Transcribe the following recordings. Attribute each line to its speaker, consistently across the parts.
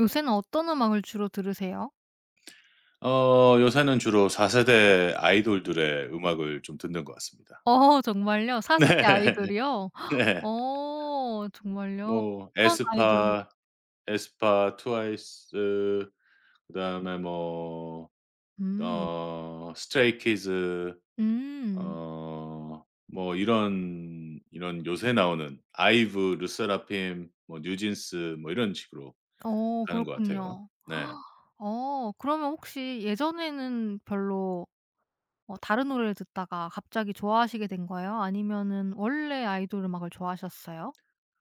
Speaker 1: 요새는 어떤 음악을 주로 들으세요?
Speaker 2: 요새는 주로 4 세대 아이돌들의 음악을 좀 듣는 것 같습니다.
Speaker 1: 어 정말요? 4
Speaker 2: 네.
Speaker 1: 세대 아이돌이요?
Speaker 2: 네.
Speaker 1: 어 정말요?
Speaker 2: 뭐
Speaker 1: 어떤 아이돌.
Speaker 2: 에스파, 트와이스. 그다음에 뭐
Speaker 1: 음.
Speaker 2: 스트레이 키즈.
Speaker 1: 음.
Speaker 2: 어 뭐 이런 요새 나오는 아이브, 르세라핌, 뭐 뉴진스 뭐 이런 식으로
Speaker 1: 어
Speaker 2: 가는 것 같아요.
Speaker 1: 그렇군요.
Speaker 2: 네.
Speaker 1: 어 그러면 혹시 예전에는 별로 어 다른 노래를 듣다가 갑자기 좋아하시게 된 거예요? 아니면은 원래 아이돌 음악을 좋아하셨어요?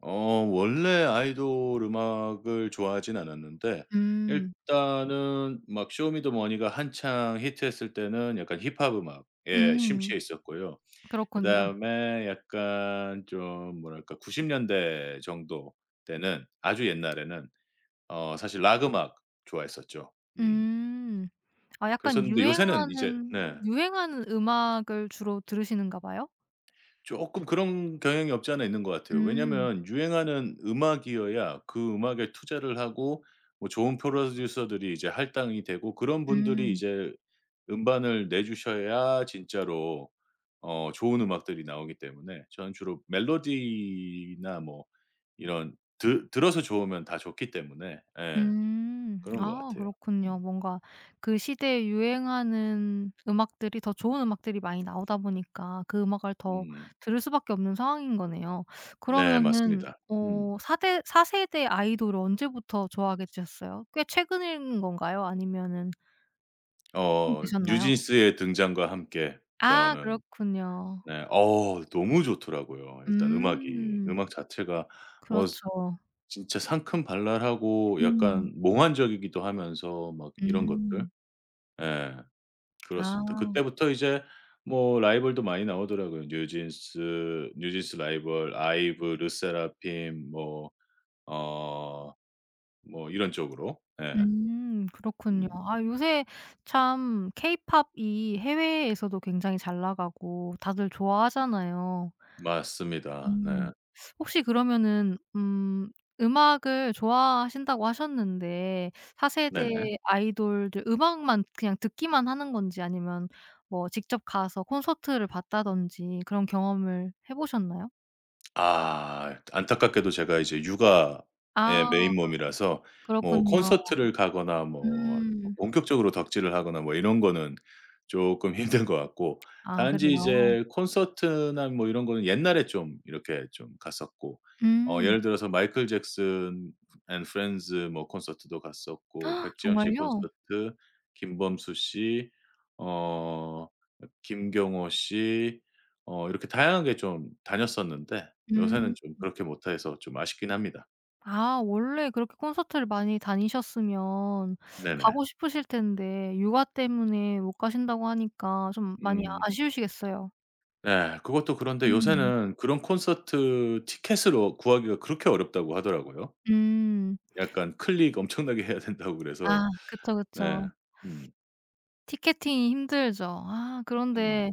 Speaker 2: 어 원래 아이돌 음악을 좋아하진 않았는데
Speaker 1: 음.
Speaker 2: 일단은 막 쇼미더머니가 한창 히트했을 때는 약간 힙합 음악에
Speaker 1: 음.
Speaker 2: 심취해 있었고요.
Speaker 1: 그렇군요.
Speaker 2: 그다음에 약간 좀 뭐랄까 90 년대 정도 때는 아주 옛날에는 사실 락 음악 좋아했었죠. 음.
Speaker 1: 음. 아
Speaker 2: 그래서
Speaker 1: 약간
Speaker 2: 근데 요새는 이제.
Speaker 1: 유행하는
Speaker 2: 네.
Speaker 1: 유행하는 음악을 주로 들으시는가 봐요?
Speaker 2: 쪼끔 그런 경향이 없지 않아 있는 것 같아요.
Speaker 1: 음.
Speaker 2: 왜냐면 유행하는 음악이어야 그 음악에 투자를 하고 뭐 좋은 프로듀서들이 이제 할당이 되고 그런 분들이
Speaker 1: 음.
Speaker 2: 이제 음반을 내주셔야 진짜로 좋은 음악들이 나오기 때문에 저는 주로 멜로디나 뭐 이런 드 들어서 좋으면 다 좋기 때문에 예
Speaker 1: 음.
Speaker 2: 그런 것
Speaker 1: 아
Speaker 2: 같아요.
Speaker 1: 그렇군요.
Speaker 2: 음.
Speaker 1: 뭔가 그 시대에 유행하는 음악들이 더 좋은 음악들이 많이 나오다 보니까 그 음악을 더
Speaker 2: 음.
Speaker 1: 들을 수밖에 없는 상황인 거네요.
Speaker 2: 네
Speaker 1: 그러면은
Speaker 2: 맞습니다. 음.
Speaker 1: 어 사대4 세대 아이돌을 언제부터 좋아하게 되셨어요? 꽤 최근인 건가요? 아니면은 좀 되셨나요?
Speaker 2: 뉴진스의 등장과 함께
Speaker 1: 아
Speaker 2: 저는.
Speaker 1: 그렇군요.
Speaker 2: 네. 너무 좋더라고요. 일단 음악이.
Speaker 1: 음.
Speaker 2: 음악 자체가 뭐
Speaker 1: 그렇죠.
Speaker 2: 진짜 상큼발랄하고
Speaker 1: 음.
Speaker 2: 약간 몽환적이기도 하면서 막 이런 것들.
Speaker 1: 음.
Speaker 2: 예. 그렇습니다.
Speaker 1: 아.
Speaker 2: 그때부터 이제 뭐 라이벌도 많이 나오더라고요. 뉴진스, 뉴진스 라이벌, 아이브, 르세라핌 뭐 어 뭐 이런 쪽으로. 예.
Speaker 1: 그렇군요.
Speaker 2: 음.
Speaker 1: 아 요새 참 케이팝이 해외에서도 굉장히 잘 나가고 다들 좋아하잖아요.
Speaker 2: 맞습니다. 네.
Speaker 1: 음. 혹시 그러면은 음악을 좋아하신다고 하셨는데 4 세대
Speaker 2: 네네.
Speaker 1: 아이돌들 음악만 그냥 듣기만 하는 건지 아니면 뭐 직접 가서 콘서트를 봤다든지 그런 경험을 해 보셨나요?
Speaker 2: 아 안타깝게도 제가 이제 육아의 메인
Speaker 1: 아
Speaker 2: 몸이라서 뭐
Speaker 1: 그렇군요.
Speaker 2: 콘서트를 가거나 뭐
Speaker 1: 음.
Speaker 2: 본격적으로 덕질을 하거나 뭐 이런 거는 쪼끔 힘든 것 같고
Speaker 1: 아
Speaker 2: 단지
Speaker 1: 그래요?
Speaker 2: 이제 콘서트나 뭐 이런 거는 옛날에 좀 이렇게 좀 갔었고
Speaker 1: 음.
Speaker 2: 예를 들어서 마이클 잭슨 앤 프렌즈 뭐 콘서트도 갔었고 백지영 씨 콘서트,
Speaker 1: 정말요?
Speaker 2: 김범수 씨, 어 김경호 씨, 이렇게 다양하게 좀 다녔었는데 요새는
Speaker 1: 음.
Speaker 2: 좀 그렇게 못해서 좀 아쉽긴 합니다.
Speaker 1: 아 원래 그렇게 콘서트를 많이 다니셨으면
Speaker 2: 네네.
Speaker 1: 가고 싶으실 텐데 육아 때문에 못 가신다고 하니까 좀 많이 아
Speaker 2: 음.
Speaker 1: 아쉬우시겠어요.
Speaker 2: 네. 그것도 그런데
Speaker 1: 음.
Speaker 2: 요새는 그런 콘서트 티켓으로 구하기가 그렇게 어렵다고 하더라고요.
Speaker 1: 음.
Speaker 2: 약간 클릭 엄청나게 해야 된다고
Speaker 1: 아
Speaker 2: 그래서.
Speaker 1: 그쵸,
Speaker 2: 네.
Speaker 1: 그쵸.
Speaker 2: 음.
Speaker 1: 티켓팅이 힘들죠. 아
Speaker 2: 음.
Speaker 1: 그런데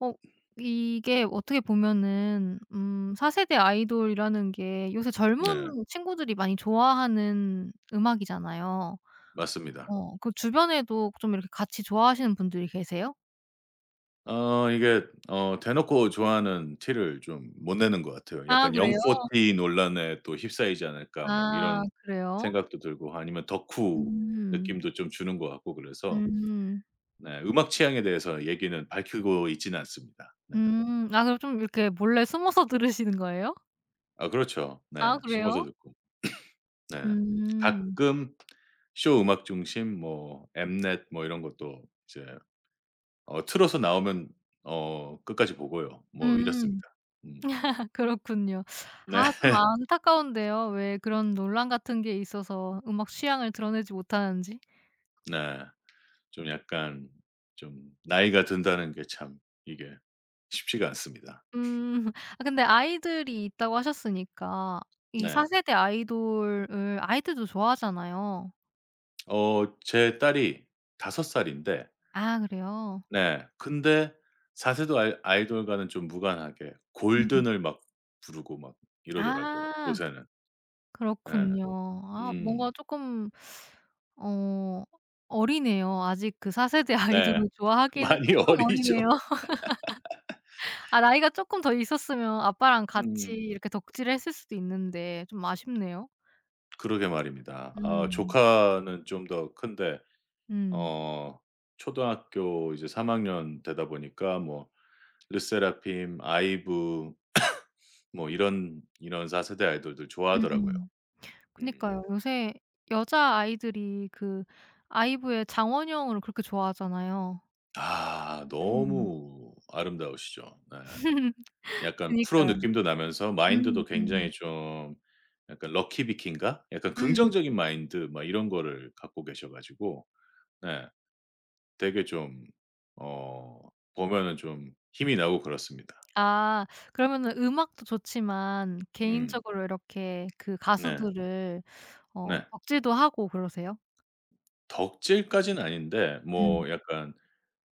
Speaker 1: 어 이게 어떻게 보면은 4 세대 아이돌이라는 게 요새
Speaker 2: 네.
Speaker 1: 젊은 친구들이 많이 좋아하는 음악이잖아요.
Speaker 2: 맞습니다.
Speaker 1: 어 그 주변에도 좀 이렇게 같이 좋아하시는 분들이 계세요?
Speaker 2: 이게 대놓고 좋아하는 티를 좀 못 내는 것 같아요.
Speaker 1: 아
Speaker 2: 약간
Speaker 1: 그래요?
Speaker 2: '영포티 논란에 또 휩싸이지 않을까.' 막
Speaker 1: 아
Speaker 2: 이런
Speaker 1: 그래요?
Speaker 2: 생각도 들고 아니면 덕후
Speaker 1: 음.
Speaker 2: 느낌도 좀 주는 것 같고 그래서.
Speaker 1: 음.
Speaker 2: 네. 음악 취향에 대해서 얘기는 밝히고 있지는 않습니다. 네.
Speaker 1: 음. 아 그럼 좀 이렇게 몰래 숨어서 들으시는 거예요?
Speaker 2: 아 그렇죠. 네.
Speaker 1: 아
Speaker 2: 숨어서
Speaker 1: 그래요?
Speaker 2: 듣고. 네.
Speaker 1: 음.
Speaker 2: 가끔 쇼 음악 중심 뭐 엠넷 뭐 이런 것도 이제 틀어서 나오면 끝까지 보고요. 뭐
Speaker 1: 음.
Speaker 2: 이렇습니다. 음.
Speaker 1: 아 그렇군요.
Speaker 2: 네.
Speaker 1: 아 좀 안타까운데요. 왜 그런 논란 같은 게 있어서 음악 취향을 드러내지 못하는지.
Speaker 2: 네. 좀 약간 좀 나이가 든다는 게 참 이게 쉽지가 않습니다.
Speaker 1: 음. 아 근데 아이들이 있다고 하셨으니까 이 4
Speaker 2: 네.
Speaker 1: 세대 아이돌을 아이들도 좋아하잖아요.
Speaker 2: 제 딸이 다섯 살인데.
Speaker 1: 아 그래요?
Speaker 2: 네. 근데 4 세대 아이돌과는 좀 무관하게
Speaker 1: 음.
Speaker 2: 골든을 막 부르고 막 이러더라고요
Speaker 1: 아.
Speaker 2: 요새는. 예.
Speaker 1: 그렇군요. 아
Speaker 2: 음.
Speaker 1: 뭔가 조금 어 어리네요. 아직 그 4 세대
Speaker 2: 네.
Speaker 1: 아이돌을 좋아하기에는
Speaker 2: 많이
Speaker 1: 조금
Speaker 2: 어리죠.
Speaker 1: 어리네요. 아 나이가 조금 더 있었으면 아빠랑 같이
Speaker 2: 음.
Speaker 1: 이렇게 덕질을 했을 수도 있는데 좀 아쉽네요.
Speaker 2: 그러게 말입니다. 아
Speaker 1: 음.
Speaker 2: 조카는 좀 더 큰데
Speaker 1: 음.
Speaker 2: 어 초등학교 이제 3 학년 되다 보니까 뭐 르세라핌, 아이브 뭐 이런 4 세대 아이돌들 좋아하더라고요.
Speaker 1: 음음.
Speaker 2: 음.
Speaker 1: 그니까요. 요새 여자아이들이 그 아이브의 장원영을 그렇게 좋아하잖아요.
Speaker 2: 아
Speaker 1: 음.
Speaker 2: 너무 아름다우시죠. 네. 약간 프로
Speaker 1: 그니까요.
Speaker 2: 느낌도 나면서 마인드도
Speaker 1: 음음.
Speaker 2: 굉장히 좀 약간 럭키비키인가? 약간
Speaker 1: 음음.
Speaker 2: 긍정적인 마인드 막 이런 거를 갖고 계셔 가지고 네 되게 좀 어 보면은 좀 힘이 나고 그렇습니다.
Speaker 1: 아 그러면은 음악도 좋지만
Speaker 2: 음.
Speaker 1: 개인적으로 이렇게 그
Speaker 2: 네.
Speaker 1: 가수들을 어
Speaker 2: 네.
Speaker 1: 덕질도 하고 그러세요?
Speaker 2: 덕질까지는 아닌데
Speaker 1: 음.
Speaker 2: 뭐 약간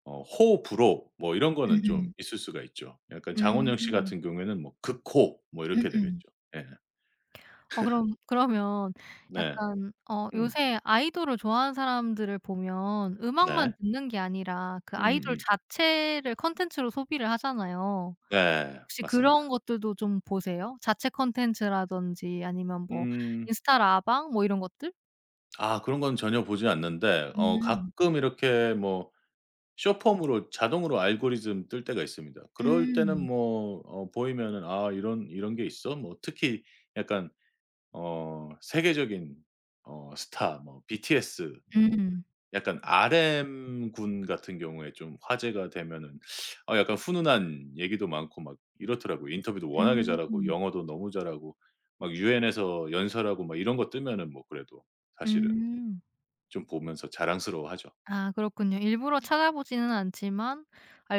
Speaker 2: 호불호 뭐 이런 거는 좀
Speaker 1: 음음.
Speaker 2: 있을 수가 있죠. 약간 장원영 씨
Speaker 1: 음.
Speaker 2: 같은 경우에는 뭐 극호 뭐 이렇게
Speaker 1: 음음.
Speaker 2: 되겠죠. 예.
Speaker 1: 어 그럼 그러면
Speaker 2: 네.
Speaker 1: 약간 어
Speaker 2: 음.
Speaker 1: 요새 아이돌을 좋아하는 사람들을 보면 음악만
Speaker 2: 네.
Speaker 1: 듣는 게 아니라 그 아이돌
Speaker 2: 음음.
Speaker 1: 자체를 콘텐츠로 소비를 하잖아요.
Speaker 2: 네.
Speaker 1: 혹시 그런
Speaker 2: 맞습니다.
Speaker 1: 것들도 좀 보세요? 자체 콘텐츠라든지 아니면 뭐
Speaker 2: 음.
Speaker 1: 인스타 라방 뭐 이런 것들?
Speaker 2: 아 그런 건 전혀 보지 않는데
Speaker 1: 음.
Speaker 2: 가끔 이렇게 뭐 숏폼으로 자동으로 알고리즘 뜰 때가 있습니다. 그럴 때는
Speaker 1: 음.
Speaker 2: 뭐 보이면은 '아 이런 이런 게 있어?' 뭐 특히 약간 세계적인 스타 뭐 BTS 뭐
Speaker 1: 음.
Speaker 2: 약간 RM군 같은 경우에 좀 화제가 되면은 약간 훈훈한 얘기도 많고 막 이렇더라고요. 인터뷰도 워낙에 잘하고
Speaker 1: 음.
Speaker 2: 영어도 너무 잘하고 막 UN에서 연설하고 막 이런 거 뜨면은 뭐 그래도 사실은.
Speaker 1: 음.
Speaker 2: 좀 보면서 자랑스러워하죠.
Speaker 1: 아 그렇군요. 일부러 찾아보지는 않지만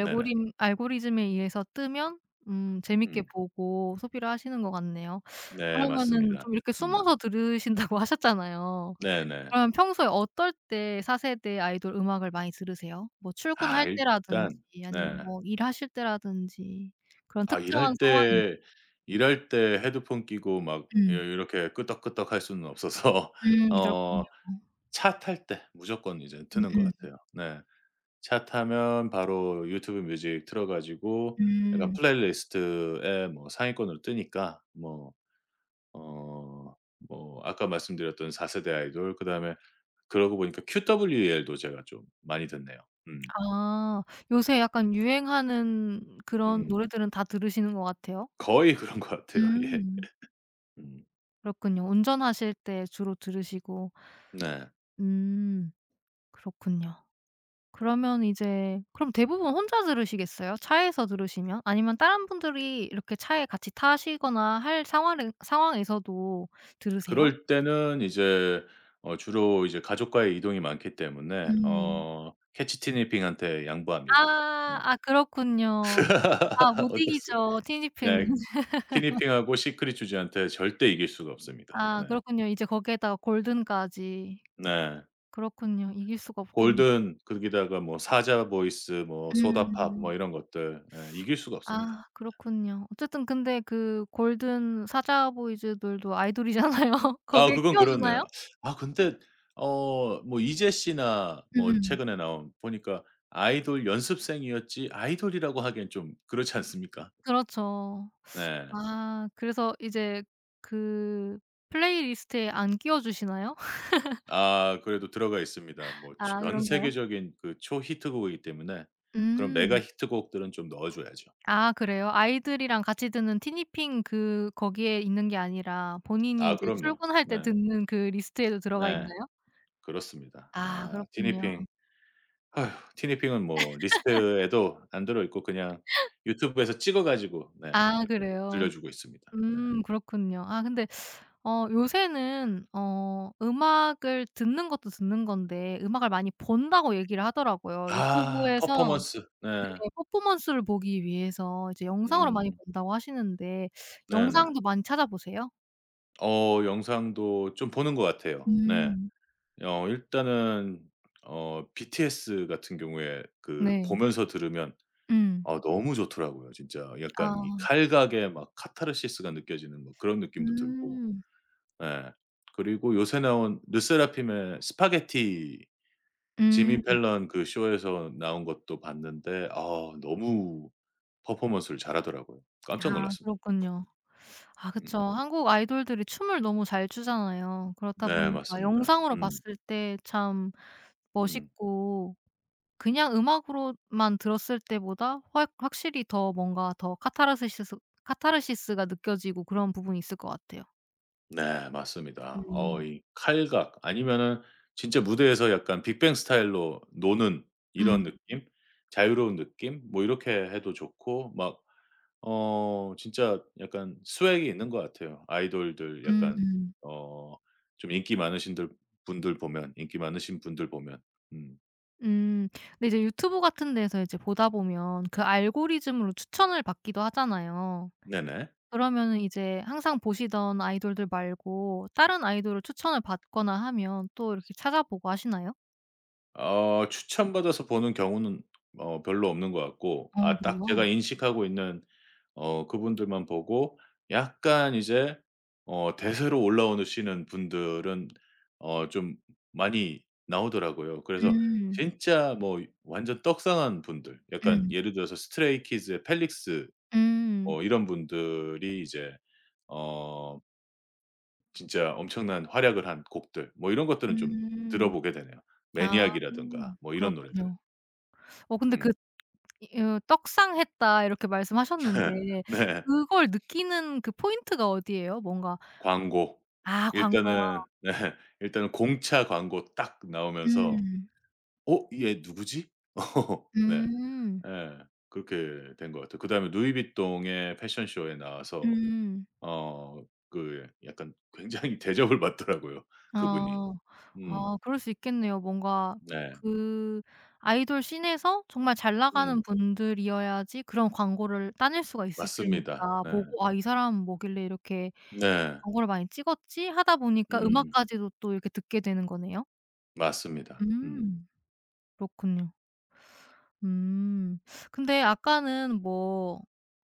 Speaker 2: 네네.
Speaker 1: 알고리즘에 의해서 뜨면 재밌게
Speaker 2: 음.
Speaker 1: 보고 소비를 하시는 것 같네요.
Speaker 2: 네
Speaker 1: 그러면은
Speaker 2: 맞습니다.
Speaker 1: 좀 이렇게
Speaker 2: 음.
Speaker 1: 숨어서 들으신다고 하셨잖아요.
Speaker 2: 네네.
Speaker 1: 그러면 평소에 어떨 때 4 세대 아이돌 음악을 많이 들으세요? 뭐
Speaker 2: 아
Speaker 1: 출근할 때라든지
Speaker 2: 일단 네.
Speaker 1: 아니면 뭐 일하실 때라든지 그런
Speaker 2: 아
Speaker 1: 특정한 상황이.
Speaker 2: 일할 때 헤드폰 끼고 막 이
Speaker 1: 음.
Speaker 2: 이렇게 끄덕끄덕 할 수는 없어서
Speaker 1: 그렇군요.
Speaker 2: 어 차 탈 때 무조건 이제 트는 것
Speaker 1: 음음.
Speaker 2: 같아요. 네. 차 타면 바로 유튜브 뮤직 틀어 가지고
Speaker 1: 음.
Speaker 2: 약간
Speaker 1: 음.
Speaker 2: 플레이리스트에 뭐 상위권으로 뜨니까 뭐 어 뭐 아까 말씀드렸던 4 세대 아이돌 그다음에 그러고 보니까 QWER도 제가 좀 많이 듣네요. 음.
Speaker 1: 아. 요새 약간 유행하는 그런
Speaker 2: 음.
Speaker 1: 노래들은 다 들으시는 것 같아요?
Speaker 2: 거의 그런 것 같아요. 예.
Speaker 1: 음.
Speaker 2: 음.
Speaker 1: 그렇군요. 운전하실 때 주로 들으시고.
Speaker 2: 네.
Speaker 1: 음. 그렇군요. 그러면 이제 그럼 대부분 혼자 들으시겠어요? 차에서 들으시면? 아니면 다른 분들이 이렇게 차에 같이 타시거나 할 상황에 상황에서도 들으세요?
Speaker 2: 그럴 때는 이제 주로 이제 가족과의 이동이 많기 때문에
Speaker 1: 음.
Speaker 2: 캐치 티니핑한테 양보합니다.
Speaker 1: 아.
Speaker 2: 네.
Speaker 1: 아 그렇군요. 아 못
Speaker 2: 어쩔 수.
Speaker 1: 이기죠 티니핑은.
Speaker 2: 네. 티니핑하고 시크릿 주지한테 절대 이길 수가 없습니다.
Speaker 1: 아
Speaker 2: 네.
Speaker 1: 그렇군요. 이제 거기에다가 골든까지.
Speaker 2: 네.
Speaker 1: 그렇군요. 이길 수가 없겠네요.
Speaker 2: 골든 거기다가 뭐 사자 보이스 뭐 소다팝 뭐
Speaker 1: 음.
Speaker 2: 이런 것들 예 이길 수가 없습니다.
Speaker 1: 아 그렇군요. 어쨌든 근데 그 골든 사자보이즈들도 아이돌이잖아요.
Speaker 2: 아
Speaker 1: 거기에
Speaker 2: 그건
Speaker 1: 끼워
Speaker 2: 그렇네요.
Speaker 1: 주나요?
Speaker 2: 아 근데 뭐 이재 씨나 뭐
Speaker 1: 음음.
Speaker 2: 최근에 나온 보니까 아이돌 연습생이었지 아이돌이라고 하기엔 좀 그렇지 않습니까?
Speaker 1: 그렇죠.
Speaker 2: 네.
Speaker 1: 아 그래서 이제 그 플레이리스트에 안 끼워 주시나요?
Speaker 2: 아 그래도 들어가 있습니다. 뭐
Speaker 1: 아
Speaker 2: 전
Speaker 1: 그런가요?
Speaker 2: 세계적인 그 초히트곡이기 때문에 그런 메가
Speaker 1: 음.
Speaker 2: 히트곡들은 좀 넣어 줘야죠.
Speaker 1: 아 그래요? 아이들이랑 같이 듣는 티니핑 그 거기에 있는 게 아니라 본인이
Speaker 2: 아
Speaker 1: 이제
Speaker 2: 그럼요.
Speaker 1: 출근할 때
Speaker 2: 네.
Speaker 1: 듣는 그 리스트에도 들어가
Speaker 2: 네.
Speaker 1: 있나요?
Speaker 2: 그렇습니다.
Speaker 1: 아
Speaker 2: 아
Speaker 1: 그렇군요.
Speaker 2: 티니핑 아휴. 티니핑은 뭐 리스트에도 안 들어 있고 그냥 유튜브에서 찍어 가지고 네
Speaker 1: 아
Speaker 2: 그렇게
Speaker 1: 그래요?
Speaker 2: 들려주고 있습니다. 네.
Speaker 1: 그렇군요. 아 근데 어 요새는 어 음악을 듣는 것도 듣는 건데 음악을 많이 본다고 얘기를 하더라고요.
Speaker 2: 아
Speaker 1: 유튜브에서
Speaker 2: 퍼포먼스.
Speaker 1: 네
Speaker 2: 네.
Speaker 1: 퍼포먼스를 보기 위해서 이제 영상으로 많이
Speaker 2: 음.
Speaker 1: 본다고 하시는데
Speaker 2: 네네.
Speaker 1: 영상도 많이 찾아보세요?
Speaker 2: 영상도 좀 보는 것 같아요. 네.
Speaker 1: 음.
Speaker 2: 일단은 BTS 같은 경우에 그
Speaker 1: 네.
Speaker 2: 보면서 들으면
Speaker 1: 음.
Speaker 2: 아 너무 좋더라고요. 진짜 약간 이
Speaker 1: 아
Speaker 2: 칼각에 막 카타르시스가 느껴지는 뭐 그런 느낌도 들고.
Speaker 1: 음.
Speaker 2: 예. 그리고 요새 나온 르세라핌의 스파게티
Speaker 1: 음.
Speaker 2: 지미 펠런 그 쇼에서 나온 것도 봤는데 아 너무 퍼포먼스를 잘하더라고요. 깜짝
Speaker 1: 아
Speaker 2: 놀랐습니다.
Speaker 1: 그렇군요. 아
Speaker 2: 음.
Speaker 1: 그쵸. 한국 아이돌들이 춤을 너무 잘 추잖아요. 그렇다
Speaker 2: 네
Speaker 1: 보니까
Speaker 2: 맞습니다.
Speaker 1: 영상으로
Speaker 2: 음.
Speaker 1: 봤을 때 참
Speaker 2: 음.
Speaker 1: 멋있고 그냥 음악으로만 들었을 때보다 확 확실히 더 뭔가 더 카타르시스 카타르시스가 느껴지고 그런 부분이 있을 것 같아요.
Speaker 2: 네 맞습니다. 어
Speaker 1: 음.
Speaker 2: 이 칼각 아니면은 진짜 무대에서 약간 빅뱅 스타일로 노는 이런
Speaker 1: 음
Speaker 2: 느낌? 자유로운 느낌? 뭐 이렇게 해도 좋고 막 진짜 약간 스웩이 있는 것 같아요. 아이돌들 약간
Speaker 1: 음.
Speaker 2: 어 좀 인기 많으신 분들 보면. 음.
Speaker 1: 음, 근데 이제 유튜브 같은 데서 이제 보다 보면 그 알고리즘으로 추천을 받기도 하잖아요.
Speaker 2: 네네.
Speaker 1: 그러면은 이제 항상 보시던 아이돌들 말고 다른 아이돌을 추천을 받거나 하면 또 이렇게 찾아보고 하시나요?
Speaker 2: 추천받아서 보는 경우는 별로 없는 것 같고
Speaker 1: 어
Speaker 2: 아 딱 제가
Speaker 1: 그래요?
Speaker 2: 인식하고 있는 그분들만 보고 약간 이제 대세로 올라오시는 분들은 좀 많이 나오더라고요. 그래서
Speaker 1: 음.
Speaker 2: 진짜 뭐 완전 떡상한 분들 약간
Speaker 1: 음.
Speaker 2: 예를 들어서 스트레이키즈의 펠릭스
Speaker 1: 음.
Speaker 2: 이런 분들이 이제 어 진짜 엄청난 활약을 한 곡들 뭐 이런 것들은 좀
Speaker 1: 음.
Speaker 2: 들어보게 되네요.
Speaker 1: 아
Speaker 2: 매니악이라든가 뭐 이런 노래들.
Speaker 1: 그렇군요. 어 근데 그
Speaker 2: 음.
Speaker 1: 이 어 "떡상했다." 이렇게 말씀하셨는데
Speaker 2: 네.
Speaker 1: 그걸 느끼는 그 포인트가 어디예요? 뭔가.
Speaker 2: 광고.
Speaker 1: 아 광고요.
Speaker 2: 일단은 네. 일단은 공차 광고 딱 나오면서
Speaker 1: 음.
Speaker 2: '어 얘 누구지?' 네.
Speaker 1: 음.
Speaker 2: 예. 그렇게 된 것 같아요. 그다음에 루이비통의 패션쇼에 나와서
Speaker 1: 음.
Speaker 2: 그 약간 굉장히 대접을 받더라고요, 그분이.
Speaker 1: 아.
Speaker 2: 음.
Speaker 1: 아 그럴 수 있겠네요. 뭔가
Speaker 2: 네.
Speaker 1: 그 아이돌 씬에서 정말 잘
Speaker 2: 음.
Speaker 1: 나가는 분들이어야지 그런 광고를 따낼 수가 있을
Speaker 2: 맞습니다.
Speaker 1: 테니까
Speaker 2: 네.
Speaker 1: 보고 '아 이 사람은 뭐길래 이렇게
Speaker 2: 네.
Speaker 1: 광고를 많이 찍었지?' 하다 보니까
Speaker 2: 음음음.
Speaker 1: 음악까지도 또 이렇게 듣게 되는 거네요.
Speaker 2: 맞습니다. 음.
Speaker 1: 음. 그렇군요. 음. 근데 아까는 뭐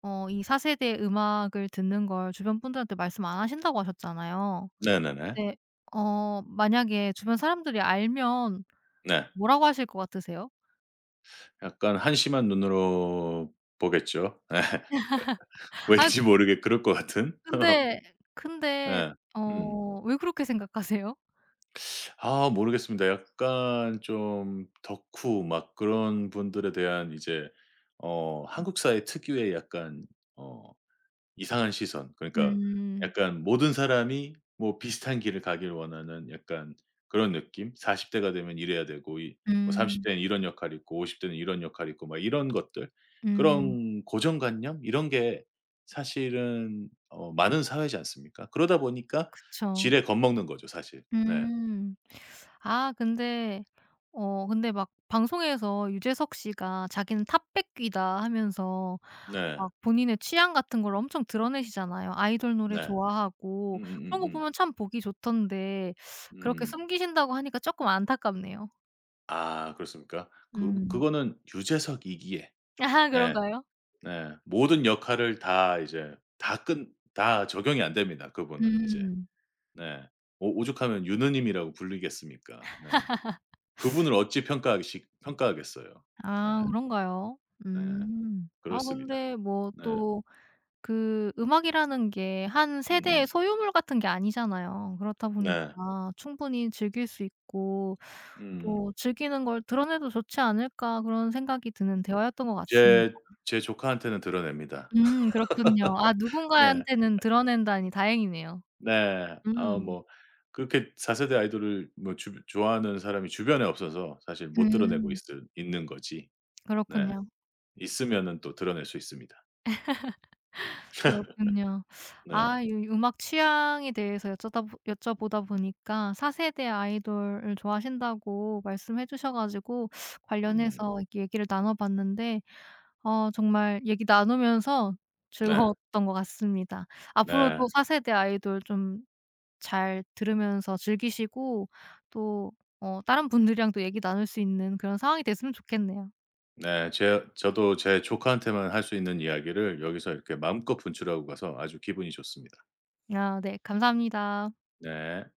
Speaker 1: 어 이 4 세대 음악을 듣는 걸 주변 분들한테 말씀 안 하신다고 하셨잖아요.
Speaker 2: 네네네.
Speaker 1: 네. 어 만약에 주변 사람들이 알면
Speaker 2: 네.
Speaker 1: 뭐라고 하실 것 같으세요?
Speaker 2: 약간 한심한 눈으로 보겠죠. 예.
Speaker 1: 아
Speaker 2: 왠지 모르게 그럴 것 같은.
Speaker 1: 근데 근데
Speaker 2: 예. 음.
Speaker 1: 어 왜 그렇게 생각하세요?
Speaker 2: 아 모르겠습니다. 약간 좀 덕후 막 그런 분들에 대한 이제 한국 사회 특유의 약간 어 이상한 시선 그러니까
Speaker 1: 음.
Speaker 2: 약간 모든 사람이 뭐 비슷한 길을 가길 원하는 약간 그런 느낌? 40 대가 되면 이래야 되고 이 뭐 30
Speaker 1: 음.
Speaker 2: 대는 이런 역할이 있고 50 대는 이런 역할이 있고 막 이런 것들.
Speaker 1: 음.
Speaker 2: 그런 고정관념 이런 게 사실은 많은 사회지 않습니까? 그러다 보니까
Speaker 1: 그쵸.
Speaker 2: 지레 겁먹는 거죠 사실. 네.
Speaker 1: 음. 아 근데 어 근데 막 방송에서 유재석 씨가 자기는 탑백귀다 하면서
Speaker 2: 네.
Speaker 1: 막 본인의 취향 같은 걸 엄청 드러내시잖아요. 아이돌 노래
Speaker 2: 네.
Speaker 1: 좋아하고 그런 거
Speaker 2: 음.
Speaker 1: 보면 참 보기 좋던데 그렇게
Speaker 2: 음.
Speaker 1: 숨기신다고 하니까 조금 안타깝네요.
Speaker 2: 아 그렇습니까? 그
Speaker 1: 음.
Speaker 2: 그거는 유재석이기에.
Speaker 1: 아
Speaker 2: 예.
Speaker 1: 그런가요?
Speaker 2: 네. 모든 역할을 다 이제 다 끈 다 적용이 안 됩니다 그분은 이제.
Speaker 1: 음.
Speaker 2: 네. 오 오죽하면 유느님이라고 불리겠습니까. 네. 그분을 어찌 평가하시 평가하겠어요. 네.
Speaker 1: 아 그런가요?
Speaker 2: 네.
Speaker 1: 음. 아
Speaker 2: 그렇습니다.
Speaker 1: 근데 뭐
Speaker 2: 네.
Speaker 1: 또 그 음악이라는 게 한 세대의
Speaker 2: 음음.
Speaker 1: 소유물 같은 게 아니잖아요. 그렇다
Speaker 2: 네.
Speaker 1: 보니까 충분히 즐길 수 있고
Speaker 2: 음음.
Speaker 1: 또 '즐기는 걸 드러내도 좋지 않을까.' 그런 생각이 드는 대화였던 것 같습니다.
Speaker 2: 제 제 조카한테는 드러냅니다.
Speaker 1: 그렇군요. 아
Speaker 2: 네.
Speaker 1: 누군가한테는 드러낸다니 다행이네요.
Speaker 2: 네. 아
Speaker 1: 음.
Speaker 2: 뭐 그렇게 4 세대 아이돌을 뭐 주 좋아하는 사람이 주변에 없어서 사실 못 드러내고
Speaker 1: 음.
Speaker 2: 있을 있는 거지. 네.
Speaker 1: 그렇군요.
Speaker 2: 있으면은 또 드러낼 수 있습니다.
Speaker 1: 그렇군요.
Speaker 2: 네.
Speaker 1: 아 이 음악 취향에 대해서 여쭤다 보 여쭤보다 보니까 4 세대 아이돌을 좋아하신다고 말씀해 주셔 가지고
Speaker 2: 음.
Speaker 1: 관련해서 이렇게 얘기를 나눠 봤는데 어 정말 얘기 나누면서
Speaker 2: 네.
Speaker 1: 즐거웠던 것 같습니다.
Speaker 2: 네.
Speaker 1: 앞으로도 4 세대 아이돌 좀 잘 들으면서 즐기시고 또 어 다른 분들이랑 또 얘기 나눌 수 있는 그런 상황이 됐으면 좋겠네요.
Speaker 2: 네. 제 저도 제 조카한테만 할 수 있는 이야기를 여기서 이렇게 마음껏 분출하고 가서 아주 기분이 좋습니다.
Speaker 1: 아 네 감사합니다.
Speaker 2: 네.